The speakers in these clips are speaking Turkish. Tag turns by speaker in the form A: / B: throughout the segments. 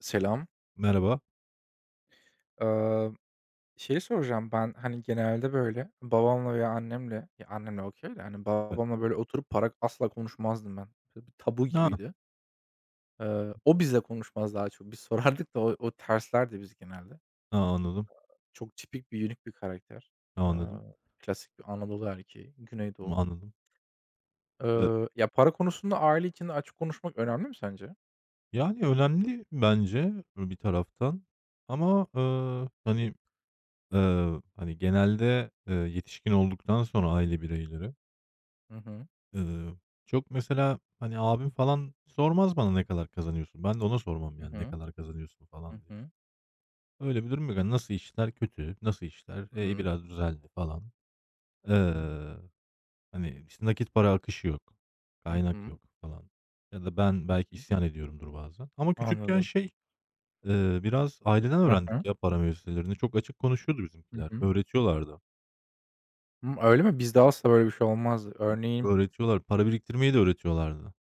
A: Selam.
B: Merhaba.
A: Eee, şeyi soracağım ben, hani, genelde, böyle, babamla veya annemle ya, annemle okey de, hani,
B: Evet.
A: babamla, böyle, oturup para asla konuşmazdım ben. Böyle, bir tabu
B: A!
A: gibiydi. O bizle konuşmaz daha çok. Biz sorardık da o terslerdi biz genelde.
B: A, anladım.
A: Çok tipik bir, unik bir karakter.
B: Ha,
A: Eee,
B: anladım.
A: Klasik bir Anadolu erkeği, Güneydoğu.
B: Anladım. Eee,
A: Ya, para konusunda aile içinde açık konuşmak önemli mi sence?
B: Yani önemli bence bir taraftan ama, hani, hani, genelde, yetişkin olduktan sonra aile bireyleri,
A: Hı hı.
B: eee, çok mesela, hani, abim falan sormaz bana ne kadar kazanıyorsun. Ben de ona sormam
A: Hı
B: yani ne
A: hı.
B: kadar kazanıyorsun
A: Hı
B: falan diye.
A: hı.
B: Öyle bir durum yok. Hani, nasıl işler kötü, nasıl işler,
A: Hı hı.
B: biraz düzeldi falan.
A: Hı hı.
B: Eee Hani, işte, nakit para akışı yok,
A: Hı
B: kaynak
A: hı.
B: yok falan ya da ben belki isyan ediyorumdur bazen ama küçükken
A: Anladım.
B: şey, biraz aileden
A: Hı
B: öğrendik
A: hı.
B: ya para meselelerini. Çok açık konuşuyordu
A: Hı
B: bizimkiler.
A: hı.
B: Öğretiyorlardı.
A: Hımm, öyle mi? Bizde asla böyle bir şey olmaz. Örneğin.
B: Öğretiyorlar. Para biriktirmeyi de öğretiyorlardı.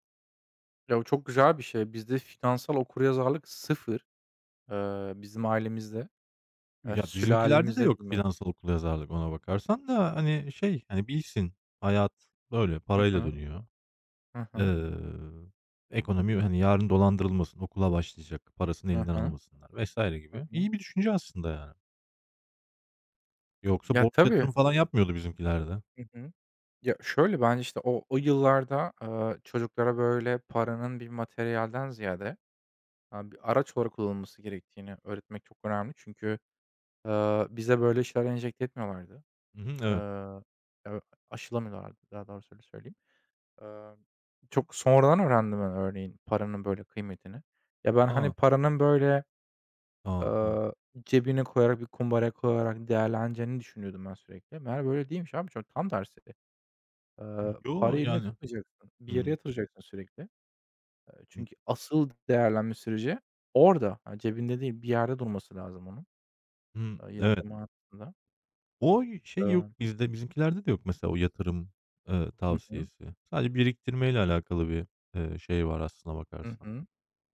A: Ya, bu çok güzel bir şey. Bizde finansal okuryazarlık sıfır, bizim ailemizde,
B: Ya, bizimkilerde de
A: sülalemizde
B: yok
A: diyeyim
B: finansal okul yazarlık ona bakarsan da, hani, şey, hani, bilsin hayat böyle
A: Hı
B: parayla
A: hı.
B: dönüyor.
A: Hı hı.
B: Eee, Ekonomi, hani, yarın dolandırılmasın, okula başlayacak, parasını
A: Hı
B: elinden
A: hı.
B: almasınlar vesaire
A: Hı
B: gibi.
A: hı.
B: İyi bir düşünce aslında yani. Yoksa
A: Ya,
B: borç
A: tabii.
B: yatırım falan yapmıyordu bizimkiler de.
A: Hı hı. Ya, şöyle, bence, işte, o yıllarda, çocuklara, böyle, paranın bir materyalden ziyade, bir araç olarak kullanılması gerektiğini öğretmek çok önemli. Çünkü, bize böyle şeyler enjekte etmiyorlardı.
B: Hı hı,
A: Eee,
B: evet.
A: Ya, aşılamıyorlardı daha doğrusu, öyle söyleyeyim. Eee, Çok sonradan öğrendim ben örneğin paranın böyle kıymetini. Ya, ben, hani,
B: A!
A: paranın böyle,
B: A! Am
A: eee, cebine koyarak, bir kumbaraya koyarak değerleneceğini düşünüyordum ben sürekli. Meğer böyle değilmiş abi. Çok tam tersi.
B: Yo,
A: Parayı elinde
B: yani.
A: tutmayacaksın. Bir yere
B: Hımm.
A: yatıracaksın sürekli.
B: Hı
A: Çünkü asıl değerlenme süreci orada. Ha, cebinde değil, bir yerde durması lazım onun,
B: hı. Evet.
A: yatırım hayatında.
B: O şey yok
A: Eee
B: bizde, bizimkilerde de yok mesela o yatırım,
A: Hı hı.
B: tavsiyesi. Sadece biriktirmeyle alakalı bir, şey var aslına
A: Hı
B: bakarsan.
A: hı.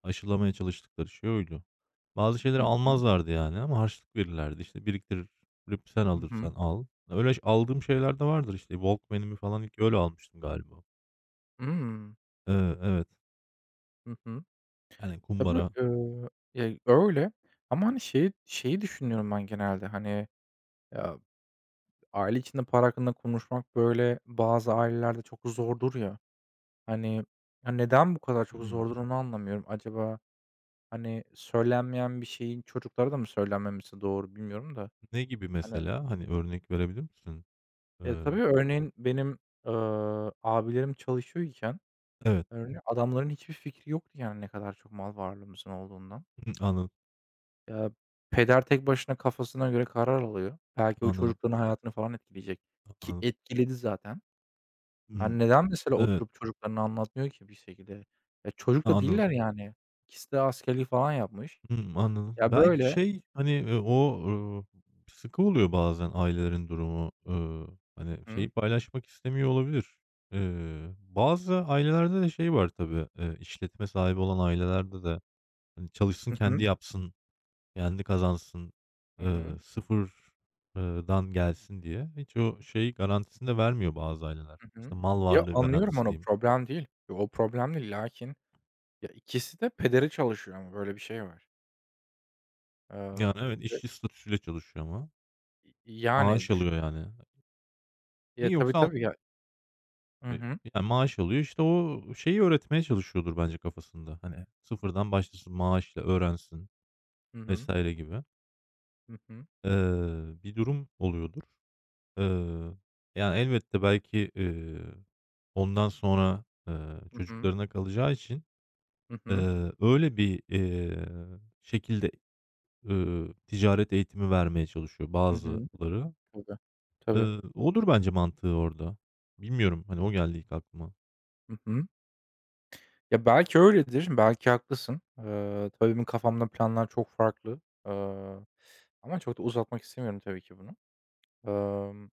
B: Aşılamaya çalıştıkları şey oydu. Bazı
A: Hı
B: şeyleri
A: hı.
B: almazlardı yani ama harçlık verirlerdi. İşte, biriktirip sen
A: Hı hı.
B: alırsan al. Öyle aldığım şeyler de vardır. İşte, Walkman'imi falan ilk öyle almıştım galiba.
A: Hımm.
B: Evet.
A: Hı hı.
B: Yani
A: Tabii,
B: kumbara.
A: ya, öyle ama, hani, şeyi düşünüyorum ben genelde, hani, ya, aile içinde para hakkında konuşmak, böyle, bazı ailelerde çok zordur ya. Hani, ya, neden bu kadar çok
B: Hıı.
A: zordur onu anlamıyorum. Acaba, hani, söylenmeyen bir şeyin çocuklara da mı söylenmemesi doğru bilmiyorum da.
B: Ne gibi
A: Hani,
B: mesela? Hani örnek verebilir misin?
A: ya,
B: Eee,
A: tabii örneğin benim, abilerim çalışıyorken
B: evet,
A: örneğin adamların hiçbir fikri yoktu, yani, ne kadar çok mal varlığımızın olduğundan.
B: hımm, anladım,
A: Ya, peder tek başına kafasına göre karar alıyor. Belki o
B: anladım,
A: çocukların hayatını falan etkileyecek ki
B: anladım.
A: etkiledi zaten.
B: Hımm,
A: Hani, neden mesela
B: evet,
A: oturup çocuklarına anlatmıyor ki bir şekilde? Ya, çocuk da
B: anladım,
A: değiller yani. İkisi de askerlik falan yapmış.
B: hımm, anladım.
A: Ya,
B: Belki
A: böyle.
B: şey, hani, o, sıkı oluyor bazen ailelerin durumu. Hani,
A: Hı
B: şeyi
A: hı.
B: paylaşmak istemiyor olabilir. Bazı ailelerde de şey var tabii, işletme sahibi olan ailelerde de, hani, çalışsın
A: Hı hı.
B: kendi yapsın. Kendi kazansın,
A: Hı hı.
B: sıfır eee, dan gelsin diye hiç o şey garantisini de vermiyor bazı aileler.
A: Hı
B: İşte,
A: hı.
B: mal
A: Ya,
B: varlığı
A: anlıyorum
B: garantisi
A: onu,
B: diyeyim.
A: problem değil. Ya, o problem değil. Lakin ya, ikisi de pedere çalışıyor ama böyle bir şey var.
B: Yani,
A: Eee,
B: evet,
A: Ve
B: işçi statüsüyle çalışıyor ama
A: yani
B: maaş
A: düşün.
B: alıyor yani.
A: Ya,
B: Mi
A: tabii,
B: yoksa al
A: tabii ya.
B: eee, yani, maaş alıyor, işte, o şeyi öğretmeye çalışıyordur bence kafasında. Hani, sıfırdan başlasın, maaşla öğrensin
A: Hı hı.
B: vesaire gibi,
A: Hı hı.
B: bir durum oluyordur. Eee, Yani, elbette belki, ondan sonra,
A: Hı hı.
B: çocuklarına kalacağı için
A: Hı hı.
B: Öyle bir, şekilde, ticaret eğitimi vermeye çalışıyor
A: Hı hı. Hı hı.
B: bazıları.
A: Tabii, tabii.
B: Odur bence mantığı orada. Bilmiyorum, hani, o geldi ilk aklıma.
A: Hı hı. Ya, belki öyledir, belki haklısın. Tabii benim kafamda planlar çok farklı. Eee, Ama çok da uzatmak istemiyorum tabii ki bunu. Emm,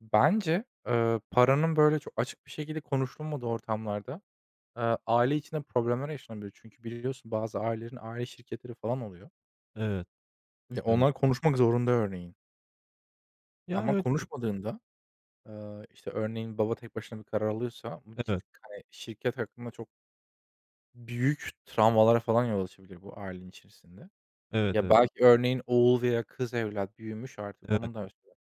A: bence, paranın böyle çok açık bir şekilde konuşulmadığı ortamlarda, aile içinde problemler yaşanabilir. Çünkü biliyorsun bazı ailelerin aile şirketleri falan oluyor
B: Evet,
A: ve
B: evet.
A: onlar konuşmak zorunda örneğin.
B: Yani,
A: Ama
B: evet, bu.
A: konuşmadığında, işte, örneğin baba tek başına bir karar alıyorsa bu
B: Evet,
A: hani, şirket hakkında çok büyük travmalara falan yol açabilir bu ailenin içerisinde.
B: evet,
A: Ya,
B: evet,
A: belki örneğin oğul veya kız evlat büyümüş artık
B: evet,
A: onun da mesela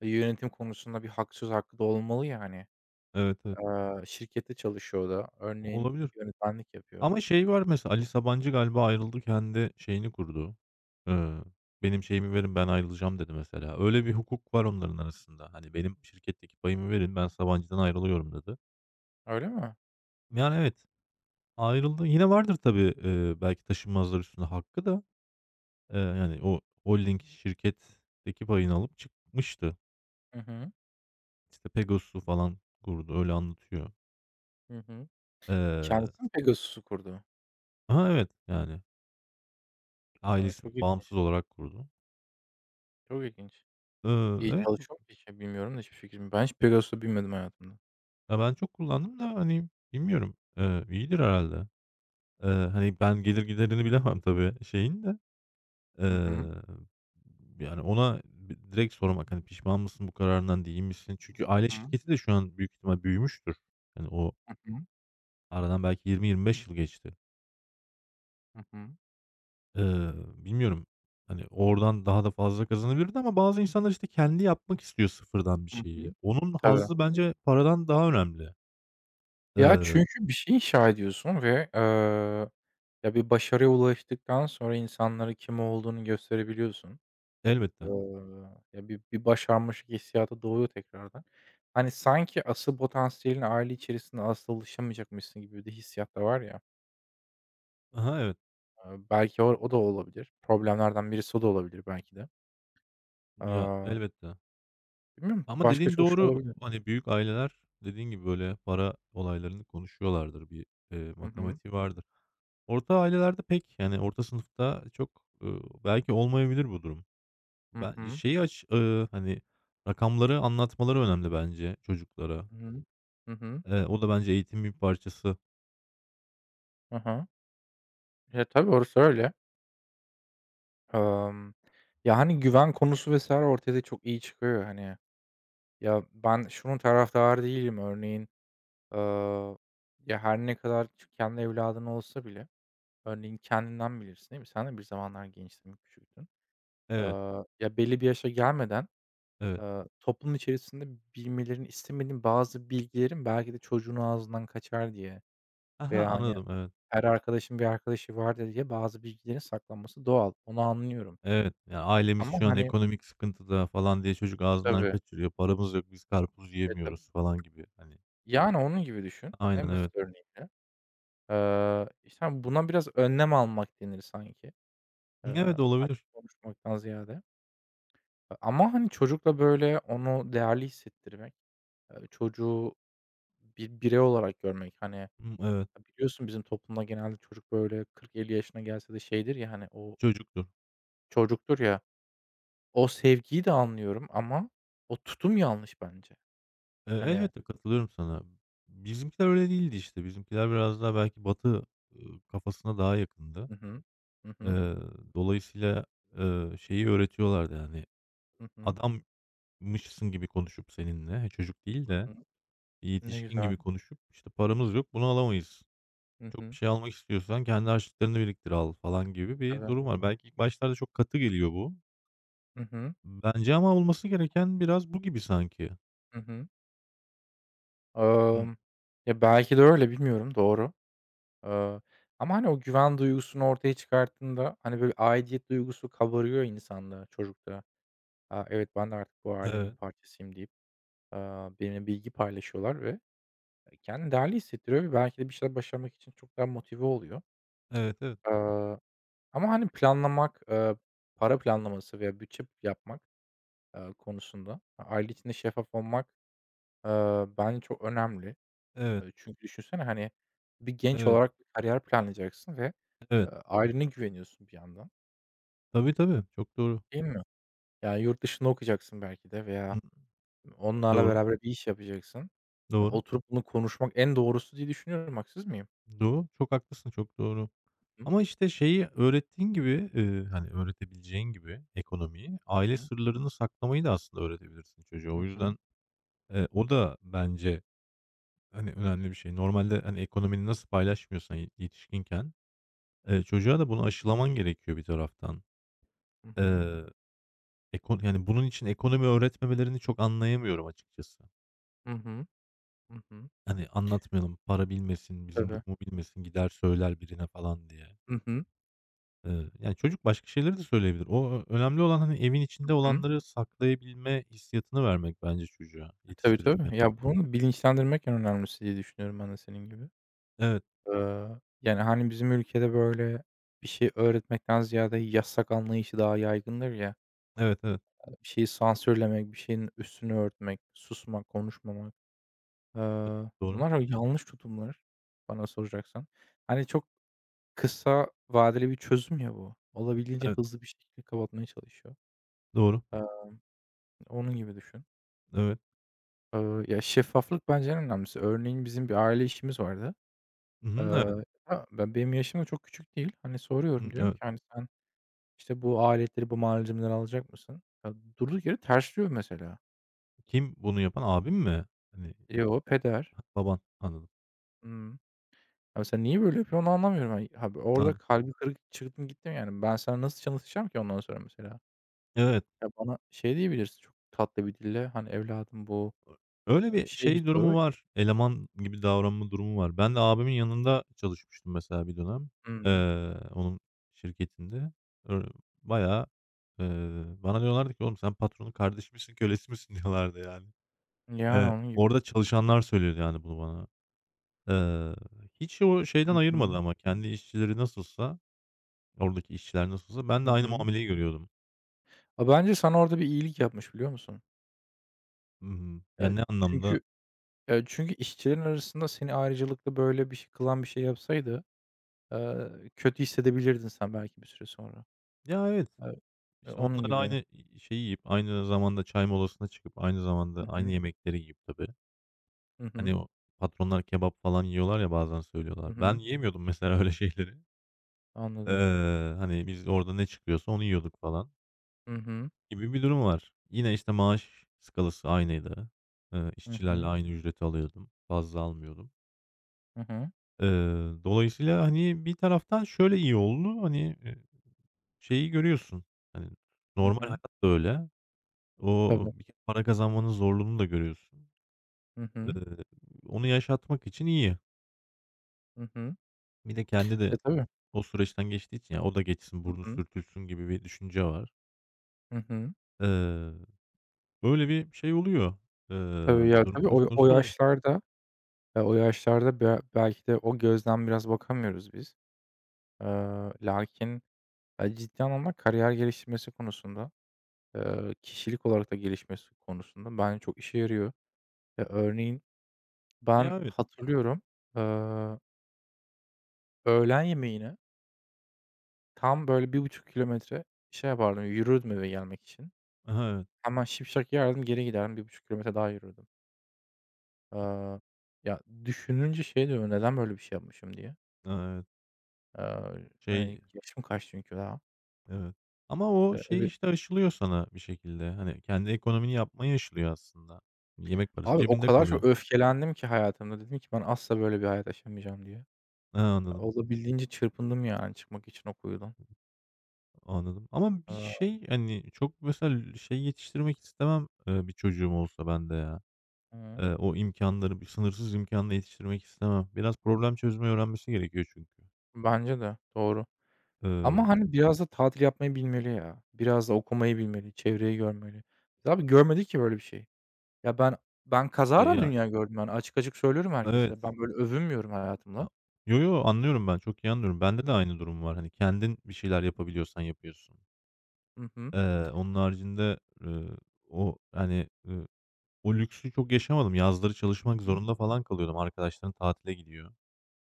A: yönetim konusunda bir söz hakkı da olmalı yani hani.
B: evet, evet.
A: Şirkette çalışıyor o da. Örneğin
B: Olabilir
A: yönetmenlik yapıyor.
B: ama şey var mesela, Ali Sabancı galiba ayrıldı, kendi şeyini kurdu. Iıı, "Benim şeyimi verin, ben ayrılacağım." dedi mesela. Öyle bir hukuk var onların arasında. Hani, "Benim şirketteki payımı verin, ben Sabancı'dan ayrılıyorum." dedi.
A: Öyle mi?
B: Yani, evet. Ayrıldı. Yine vardır tabii, belki taşınmazlar üstünde hakkı da, yani o holding şirketteki payını alıp çıkmıştı.
A: Hı hı.
B: İşte Pegasus'u falan kurdu, öyle anlatıyor.
A: Hı hı.
B: Eee
A: Kendisi mi Pegasus'u kurdu?
B: Aha, evet, yani
A: A,
B: ailesi
A: çok
B: bağımsız
A: ilginç.
B: olarak kurdu.
A: Çok ilginç. İyi
B: Evet,
A: çalışıyor mu peki? Bilmiyorum da hiçbir fikrim. Ben hiç Pegasus'u bilmedim hayatımda.
B: ya, ben çok kullandım da, hani, bilmiyorum, iyidir herhâlde. Hani, ben gelir giderini bilemem tabii şeyin de.
A: Hı hı. Hı
B: Eee, yani, ona b direkt sormak, hani, pişman mısın bu kararından, değil misin? Çünkü aile
A: hı.
B: şirketi de şu an büyük ihtimal büyümüştür. Yani o
A: Hı hı.
B: aradan belki 20-25 yıl geçti.
A: Hı hı.
B: Bilmiyorum, hani, oradan daha da fazla kazanabilirdi ama bazı insanlar, işte, kendi yapmak istiyor sıfırdan bir
A: Hı hı.
B: şeyi. Onun
A: Tabii.
B: hazzı bence paradan daha önemli.
A: Ya,
B: Eee,
A: çünkü bir şey inşa ediyorsun ve, ya, bir başarıya ulaştıktan sonra insanlara kim olduğunu gösterebiliyorsun. Eee,
B: elbette.
A: Ya, bir başarmışlık hissiyatı doğuyor tekrardan. Hani, sanki asıl potansiyelin aile içerisinde asla ulaşamayacakmışsın gibi bir de hissiyat da var ya.
B: Hı, evet.
A: Belki o da olabilir. Problemlerden birisi o da olabilir belki de.
B: Ya,
A: Aaa,
B: elbette.
A: bilmiyorum,
B: Ama
A: başka
B: dediğin
A: çok şey
B: doğru.
A: olabilir.
B: Hani, büyük aileler dediğin gibi, böyle, para olaylarını konuşuyorlardır. Bir,
A: Hı hı.
B: matematiği vardır. Orta ailelerde pek, yani, orta sınıfta çok, belki olmayabilir bu durum.
A: Hı
B: Ben
A: hı.
B: şeyi aç hani, rakamları anlatmaları önemli bence çocuklara.
A: Hı hı. Hı hı.
B: O da bence eğitimin bir parçası.
A: Hı. Ya, tabii orası öyle. Emm, ya, hani, güven konusu vesaire ortaya da çok iyi çıkıyor hani. Ya, ben şunun taraftarı değilim örneğin, aaa, ya, her ne kadar kendi evladın olsa bile örneğin kendinden bilirsin, değil mi? Sen de bir zamanlar gençtin, küçüktün.
B: Evet,
A: Ya, belli bir yaşa gelmeden,
B: evet.
A: toplum içerisinde bilmelerini istemediğin bazı bilgilerin belki de çocuğun ağzından kaçar diye
B: He,
A: veya, hani,
B: anladım, evet.
A: her arkadaşın bir arkadaşı vardır diye bazı bilgilerin saklanması doğal. Onu anlıyorum.
B: Evet, yani ailemiz
A: Ama,
B: şu an
A: hani.
B: ekonomik sıkıntıda falan diye çocuk ağzından
A: Tabii.
B: kaçırıyor. Paramız yok, biz karpuz
A: E, tabii.
B: yiyemiyoruz falan gibi, hani.
A: Yani, onun gibi düşün
B: Aynen,
A: en
B: evet.
A: basit örneğiyle. İşte, hani, buna biraz önlem almak denir sanki,
B: Evet, olabilir.
A: açık konuşmaktan ziyade. E, ama, hani, çocukla, böyle, onu değerli hissettirmek, çocuğu bir birey olarak görmek, hani, ya,
B: Hımm, evet,
A: biliyorsun bizim toplumda genelde çocuk, böyle, 40-50 yaşına gelse de şeydir ya, hani, o
B: çocuktur.
A: çocuktur ya, o sevgiyi de anlıyorum ama o tutum yanlış bence. Hani.
B: Elbette katılıyorum sana. Bizimkiler öyle değildi işte. Bizimkiler biraz daha belki Batı, kafasına daha yakındı.
A: Hı hı. Hı hı.
B: Eee, dolayısıyla, şeyi öğretiyorlardı, yani,
A: Hı hı.
B: adammışsın gibi konuşup seninle, çocuk değil de
A: Hı hı.
B: bir
A: Ne
B: yetişkin
A: güzel.
B: gibi konuşup, işte, "Paramız yok, bunu alamayız.
A: Hı
B: Çok bir
A: hı.
B: şey almak istiyorsan kendi harçlıklarını biriktir al." falan gibi bir
A: Tabii.
B: durum var. Belki ilk başlarda çok katı geliyor bu.
A: Hı hı.
B: Bence ama olması gereken biraz bu gibi sanki.
A: Hı hı.
B: Hı.
A: Emm, ya, belki de öyle, bilmiyorum, doğru. Eee, ama, hani, o güven duygusunu ortaya çıkarttığında, hani, böyle, aidiyet duygusu kabarıyor insanda, çocukta. "A, evet, ben de artık bu ailenin bir
B: Evet.
A: parçasıyım." deyip, eee, benimle bilgi paylaşıyorlar ve kendini değerli hissettiriyor ve belki de bir şeyler başarmak için çok daha motive oluyor.
B: Evet, evet.
A: Eee, ama, hani, planlamak, para planlaması veya bütçe yapmak, konusunda aile içinde şeffaf olmak, bence çok önemli.
B: Evet.
A: Çünkü düşünsene, hani, bir genç
B: Evet,
A: olarak bir kariyer planlayacaksın ve,
B: evet.
A: ailene güveniyorsun bir yandan,
B: Tabii, tabii. Çok doğru.
A: değil mi? Yani, yurt dışında okuyacaksın belki de veya
B: Hı
A: onlarla
B: Doğru,
A: beraber bir iş yapacaksın. Ya,
B: doğru,
A: oturup bunu konuşmak en doğrusu diye düşünüyorum. Haksız mıyım?
B: doğru. Çok haklısın, çok doğru.
A: Hı hı.
B: Ama, işte, şeyi öğrettiğin gibi, hani, öğretebileceğin gibi ekonomiyi, aile sırlarını saklamayı da aslında öğretebilirsin çocuğa. O
A: Hı hı.
B: yüzden, o da bence, hani, önemli bir şey. Normalde, hani, ekonomini nasıl paylaşmıyorsan yetişkinken, çocuğa da bunu
A: Hı hı.
B: aşılaman gerekiyor bir taraftan. Eee, ekon yani, bunun için ekonomi öğretmemelerini çok anlayamıyorum açıkçası.
A: Hı hı. Hı hı.
B: Hani, anlatmayalım, para bilmesin, bizim
A: Tabii.
B: durumu bilmesin, gider söyler birine falan diye.
A: Hı hı.
B: Yani, çocuk başka şeyleri de söyleyebilir. O ö önemli olan, hani, evin içinde
A: Hı. Hı.
B: olanları saklayabilme hissiyatını vermek bence çocuğa
A: E, tabii,
B: yetiştirirken.
A: tabii. Ya, bunu bilinçlendirmek en önemlisi diye düşünüyorum ben de senin gibi.
B: Evet,
A: Eee, yani, hani, bizim ülkede, böyle, bir şey öğretmekten ziyade yasak anlayışı daha yaygındır ya.
B: evet, evet.
A: Bir şeyi sansürlemek, bir şeyin üstünü örtmek, susmak, konuşmamak, eee,
B: Doğru.
A: bunlar yanlış tutumlar bana soracaksan. Hani, çok kısa vadeli bir çözüm ya bu. Olabildiğince
B: Evet,
A: hızlı bir şekilde kapatmaya çalışıyor.
B: doğru.
A: Eee, onun gibi düşün.
B: Evet.
A: Ya, şeffaflık bence en önemlisi. Örneğin bizim bir aile işimiz vardı.
B: Hı hı, evet.
A: Ha, benim yaşım da çok küçük değil. Hani, soruyorum
B: Hımm,
A: diyorum
B: evet.
A: ki, hani, "Sen, işte, bu aletleri, bu malzemeleri alacak mısın?" Ya, durduk yere tersliyor mesela.
B: Kim bunu yapan? Abin mi? Hani,
A: "Yo, peder."
B: ha, baban. Anladım.
A: Hımm. Abi, sen niye böyle yapıyorsun onu anlamıyorum. Hani, abi, orada
B: An
A: kalbi kırık çıktım gittim yani. Ben sana nasıl çalışacağım ki ondan sonra mesela?
B: Evet.
A: Ya, bana şey diyebilirsin çok tatlı bir dille, hani, "Evladım bu"
B: Öyle bir
A: şey bir
B: şey durumu
A: soru.
B: var, eleman gibi davranma durumu var. Ben de abimin yanında çalışmıştım mesela bir dönem,
A: Hı hı.
B: onun şirketinde. Ö bayağı, eee, bana diyorlardı ki "Oğlum sen patronun kardeşi misin, kölesi misin?" diyorlardı yani.
A: Yani onun gibi.
B: Orada çalışanlar söylüyordu yani bunu bana. Eee, hiç o şeyden
A: Hı
B: ayırmadı
A: hı.
B: ama kendi işçileri nasılsa, oradaki işçiler nasılsa ben
A: Hı
B: de aynı
A: hı.
B: muameleyi görüyordum.
A: A, bence sana orada bir iyilik yapmış biliyor musun?
B: Hı hı. Ya,
A: Ya,
B: ne anlamda?
A: çünkü işçilerin arasında seni ayrıcalıklı böyle bir şey kılan bir şey yapsaydı, kötü hissedebilirdin sen belki bir süre sonra.
B: Ya, evet.
A: Evet. E,
B: İşte
A: onun
B: onlarla
A: gibi.
B: aynı şeyi yiyip, aynı zamanda çay molasına çıkıp, aynı zamanda
A: Hı
B: aynı
A: hı.
B: yemekleri yiyip tabii.
A: Hı hı.
B: Hani o patronlar kebap falan yiyorlar ya bazen
A: Hı
B: söylüyorlar. Ben
A: hı.
B: yiyemiyordum mesela öyle şeyleri.
A: Anladım.
B: Hani biz orada ne çıkıyorsa onu yiyorduk falan
A: Hı hı.
B: gibi bir durum var. Yine işte maaş skalası aynıydı.
A: Hı
B: İşçilerle
A: hı.
B: aynı ücreti alıyordum. Fazla almıyordum.
A: Hı hı.
B: Eee, dolayısıyla hani bir taraftan şöyle iyi oldu. Hani, şeyi görüyorsun. Hani
A: Hı
B: normal
A: hı.
B: hayat da öyle. O
A: Tabii.
B: bir kere para kazanmanın zorluğunu da görüyorsun.
A: Hı hı.
B: Eee, onu yaşatmak için iyi.
A: Hı hı.
B: Bir de kendi de
A: E, tabii.
B: o süreçten geçtiği için ya, o da geçsin,
A: Hı
B: burnu
A: hı.
B: sürtülsün gibi bir düşünce var.
A: Hı hı.
B: Eee, böyle bir şey oluyor, eee,
A: Tabii ya,
B: durum
A: tabii
B: söz
A: o
B: konusu oluyor.
A: yaşlarda, o yaşlarda belki de o gözden biraz bakamıyoruz biz. Lakin, ciddi anlamda kariyer geliştirmesi konusunda, kişilik olarak da gelişmesi konusunda bence çok işe yarıyor. Ya, örneğin ben
B: Ya, evet.
A: hatırlıyorum, eee, öğlen yemeğine tam böyle 1,5 kilometre şey yapardım, yürürdüm eve gelmek için.
B: Aha, evet.
A: Hemen şipşak yerdim, geri giderdim, 1,5 kilometre daha yürürdüm. Aaa, ya, düşününce şey diyorum, "Neden böyle bir şey yapmışım?" diye.
B: Ha, evet.
A: Aaa, hani,
B: Şey,
A: yaşım kaç çünkü daha.
B: evet. Ama o şey,
A: Evet.
B: işte, aşılıyor sana bir şekilde. Hani, kendi ekonomini yapmayı aşılıyor aslında. Yemek parası
A: Abi o
B: cebinde
A: kadar çok
B: kalıyor.
A: öfkelendim ki hayatımda. Dedim ki ben asla böyle bir hayat yaşamayacağım diye. Ya,
B: He, anladım.
A: olabildiğince çırpındım yani çıkmak için o kuyudan.
B: Anladım ama bir
A: Aaa,
B: şey, hani, çok mesela şey yetiştirmek istemem, bir çocuğum olsa ben de ya.
A: hı.
B: O imkanları bir sınırsız imkanla yetiştirmek istemem. Biraz problem çözmeyi öğrenmesi gerekiyor çünkü.
A: Bence de. Doğru.
B: Eee,
A: Ama, hani, biraz da tatil yapmayı bilmeli ya. Biraz da okumayı bilmeli, çevreyi görmeli. Biz abi görmedik ki böyle bir şey. Ya, ben ben kazara
B: ya.
A: dünya gördüm yani. Açık açık söylüyorum
B: Evet.
A: herkese. Ben böyle övünmüyorum
B: A.
A: hayatımla.
B: Yo, yo, anlıyorum ben, çok iyi anlıyorum. Bende de aynı durum var. Hani, kendin bir şeyler yapabiliyorsan yapıyorsun.
A: Hı hı.
B: Onun haricinde, eee, o, hani, o lüksü çok yaşamadım. Yazları çalışmak zorunda falan kalıyordum. Arkadaşların tatile gidiyor.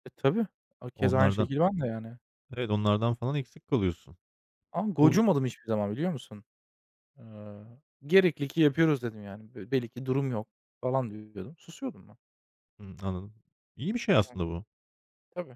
A: E, tabii. A, keza aynı
B: Onlardan
A: şekilde ben de yani.
B: Evet, onlardan falan eksik kalıyorsun.
A: Ama
B: Bu
A: gocunmadım hiçbir zaman biliyor musun? Eee, "Gerekli ki yapıyoruz." dedim yani. "Be belli ki durum yok." falan diyordum. Susuyordum ben.
B: Hımm, anladım. İyi bir şey
A: Hı,
B: aslında bu.
A: tabii.